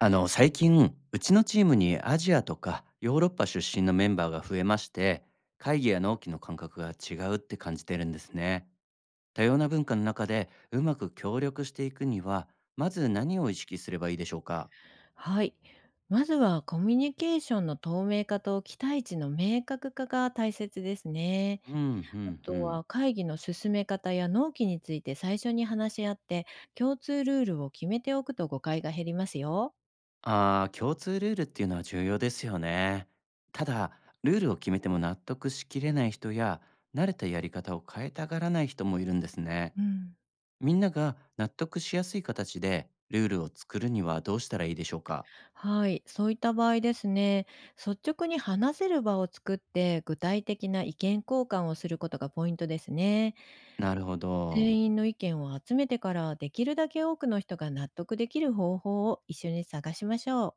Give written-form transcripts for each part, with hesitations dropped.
最近、うちのチームにアジアとかヨーロッパ出身のメンバーが増えまして、会議や納期の感覚が違うって感じてるんですね。多様な文化の中でうまく協力していくには、まず何を意識すればいいでしょうか？はい。まずはコミュニケーションの透明化と期待値の明確化が大切ですね。うん、うあん、うとん。は会議の進め方や納期について最初に話し合って共通ルールを決めておくと誤解が減りますよ。ああー、共通ルールっていうのは重要ですよね。ただ、ルールを決めても納得しきれない人や、慣れたやり方を変えたがらない人もいるんですね。うん、みんなが納得しやすい形でルールを作るにはどうしたらいいでしょうか？はい、そういった場合ですね、率直に話せる場を作って具体的な意見交換をすることがポイントですね。なるほ全ど。員の意見を集めてからできるだけ多くの人が納得できる方法を一緒に探しましょう。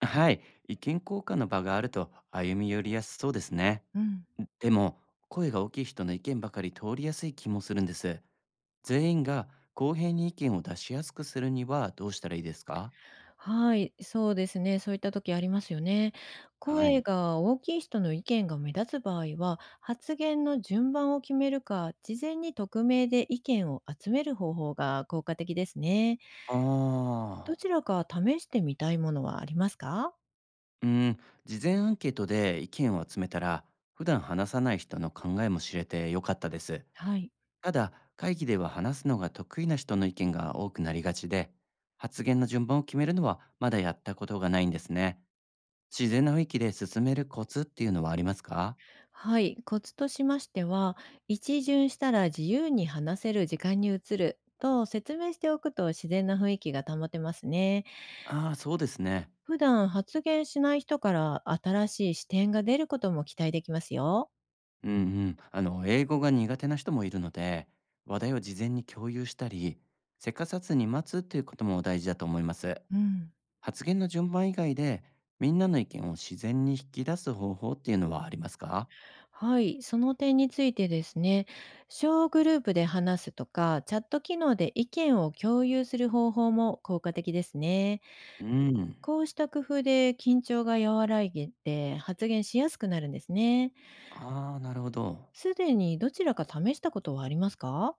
はい。意見交換の場があると歩み寄りやすそうですね。うん。でも、声が大きい人の意見ばかり通りやすい気もするんです。全員が公平に意見を出しやすくするにはどうしたらいいですか？はい、そうですね。そういった時ありますよね。は声い。が大きい人の意見が目立つ場合は、発言の順番を決めるか、事前に匿名で意見を集める方法が効果的ですね。あどあ。ちらか試してみたいものはありますか？うん。事前アンケートで意見を集めたら、普段話さない人の考えも知れてよかったです。はい。ただ、会議では話すのが得意な人の意見が多くなりがちで、発言の順番を決めるのはまだやったことがないんですね。自然な雰囲気で進めるコツっていうのはありますか？はい。コツとしましては、一巡したら自由に話せる時間に移ると説明しておくと自然な雰囲気が保てますね。ああ、そうですね。普段発言しない人から新しい視点が出ることも期待できますよ。うん、うん。英語が苦手な人もいるので、話題を事前に共有したり、せかさずに待つっていうことも大事だと思います。うん。発言の順番以外で、みんなの意見を自然に引き出す方法っていうのはありますか？はい、その点についてですね、小グループで話すとか、チャット機能で意見を共有する方法も効果的ですね。うん。こうした工夫で緊張が和らいで発言しやすくなるんですね。ああ、なるほど。すでにどちらか試したことはありますか？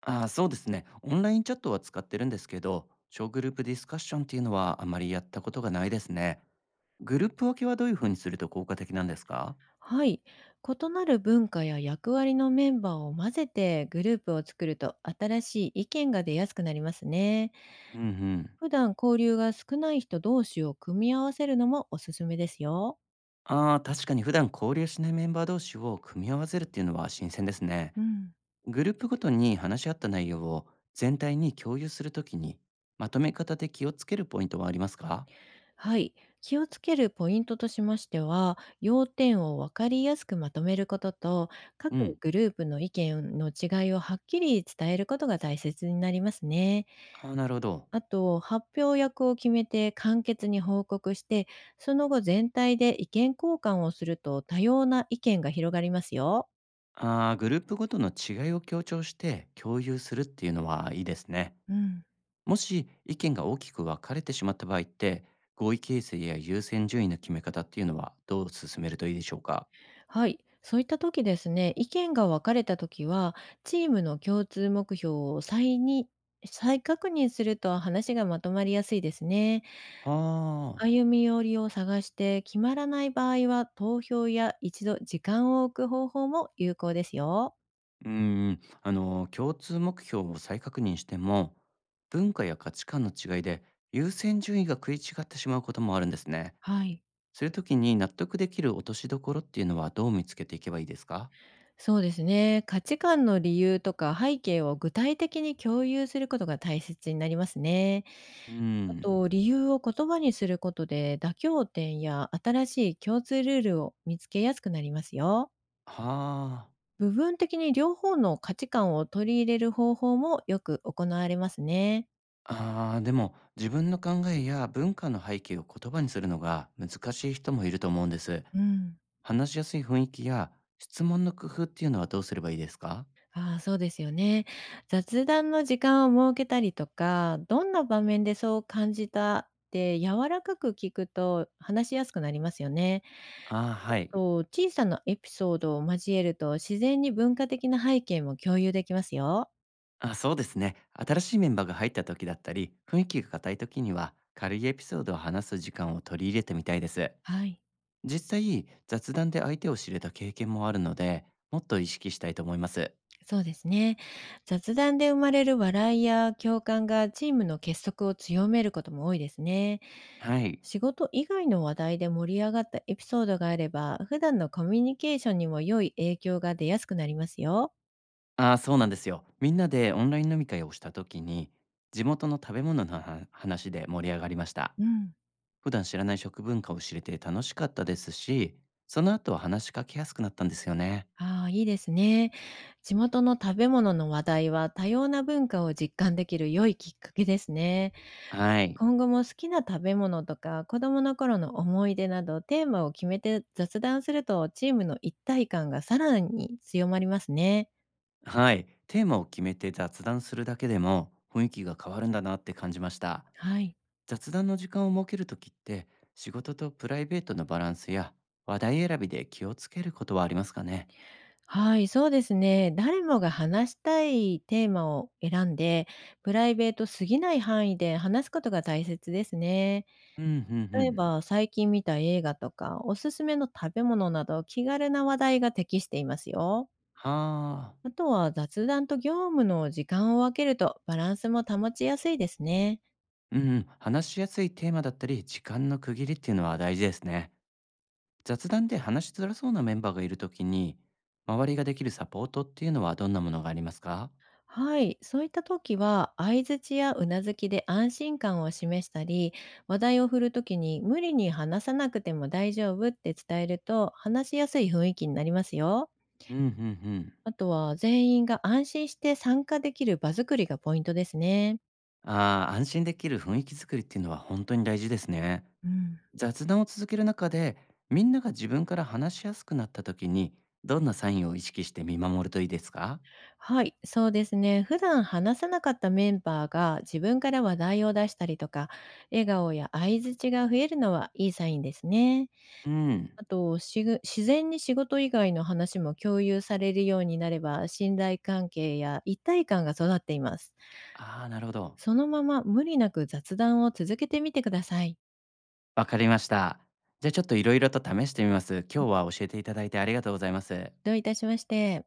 ああ、そうですね。オンラインチャットは使ってるんですけど、小グループディスカッションっていうのはあまりやったことがないですね。グループ分けはどういうふうにすると効果的なんですか？はい。異なる文化や役割のメンバーを混ぜてグループを作ると新しい意見が出やすくなりますね。うん、うん。普段交流が少ない人同士を組み合わせるのもおすすめですよ。ああ、確かに普段交流しないメンバー同士を組み合わせるっていうのは新鮮ですね。うん。グループごとに話し合った内容を全体に共有するときに、まとめ方で気をつけるポイントはありますか？はい。気をつけるポイントとしましては、要点を分かりやすくまとめることと、各うん。グループの意見の違いをはっきり伝えることが大切になりますね。ああ、なるほど。あと、発表役を決めて簡潔に報告して、その後全体で意見交換をすると多様な意見が広がりますよ。ああ、グループごとの違いを強調して共有するっていうのはいいですね。うん。もし意見が大きく分かれてしまった場合って、合意形成や優先順位の決め方っていうのはどう進めるといいでしょうか？はい。そういった時ですね、意見が分かれた時は、チームの共通目標を再確認すると話がまとまりやすいですね。はあ。歩み寄りを探して決まらない場合は、投票や一度時間を置く方法も有効ですよ。うーん、共通目標を再確認しても、文化や価値観の違いで優先順位が食い違ってしまうこともあるんですね。はい。そういう時に納得できる落としどころっていうのはどう見つけていけばいいですか？そうですね。価値観の理由とか背景を具体的に共有することが大切になりますね。うーあん。と、理由を言葉にすることで妥協点や新しい共通ルールを見つけやすくなりますよ。はあ。部分的に両方の価値観を取り入れる方法もよく行われますね。あー、でも自分の考えや文化の背景を言葉にするのが難しい人もいると思うんです。うん。話しやすい雰囲気や質問の工夫っていうのはどうすればいいですか？ああ、そうですよね。雑談の時間を設けたりとか、どんな場面でそう感じたって柔らかく聞くと話しやすくなりますよね。ああ、はい。と、小さなエピソードを交えると、自然に文化的な背景も共有できますよ。あ、そうですね。新しいメンバーが入った時だったり、雰囲気が硬い時には、軽いエピソードを話す時間を取り入れてみたいです。はい。実際、雑談で相手を知れた経験もあるので、もっと意識したいと思います。そうですね。雑談で生まれる笑いや共感がチームの結束を強めることも多いですね。はい。仕事以外の話題で盛り上がったエピソードがあれば、普段のコミュニケーションにも良い影響が出やすくなりますよ。ああ、そうなんですよ。みんなでオンライン飲み会をした時に、地元の食べ物の話で盛り上がりました。うん。普段知らない食文化を知れて楽しかったですし、その後は話しかけやすくなったんですよね。ああ、いいですね。地元の食べ物の話題は多様な文化を実感できる良いきっかけですね。はい。今後も好きな食べ物とか、子供の頃の思い出など、テーマを決めて雑談すると、チームの一体感がさらに強まりますね。はい。テーマを決めて雑談するだけでも雰囲気が変わるんだなって感じました。はい。雑談の時間を設けるときって、仕事とプライベートのバランスや話題選びで気をつけることはありますかね？はい、そうですね。誰もが話したいテーマを選んで、プライベートすぎない範囲で話すことが大切ですね。うん、うん、う例えん。ば、最近見た映画とか、おすすめの食べ物など、気軽な話題が適していますよ。はあ。あとは、雑談と業務の時間を分けると、バランスも保ちやすいですね。うん、うん、話しやすいテーマだったり、時間の区切りっていうのは大事ですね。雑談で話しづらそうなメンバーがいるときに、周りができるサポートっていうのはどんなものがありますか？はい、そういった時は相槌やうなずきで安心感を示したり話題を振る時に無理に話さなくても大丈夫って伝えると話しやすい雰囲気になりますよ。うん、うん、うん。あとは全員が安心して参加できる場作りがポイントですね。ああ、安心できる雰囲気作りっていうのは本当に大事ですね。うん、雑談を続ける中で、みんなが自分から話しやすくなったときに、どんなサインを意識して見守るといいですか？はい、そうですね。普段話さなかったメンバーが自分から話題を出したりとか笑顔や相槌が増えるのはいいサインですね。うん。あと、自然に仕事以外の話も共有されるようになれば、信頼関係や一体感が育っています。ああ、なるほど。そのまま無理なく雑談を続けてみてください。わかりました。じゃあちょっといろいろと試してみます。今日は教えていただいてありがとうございます。どういたしまして。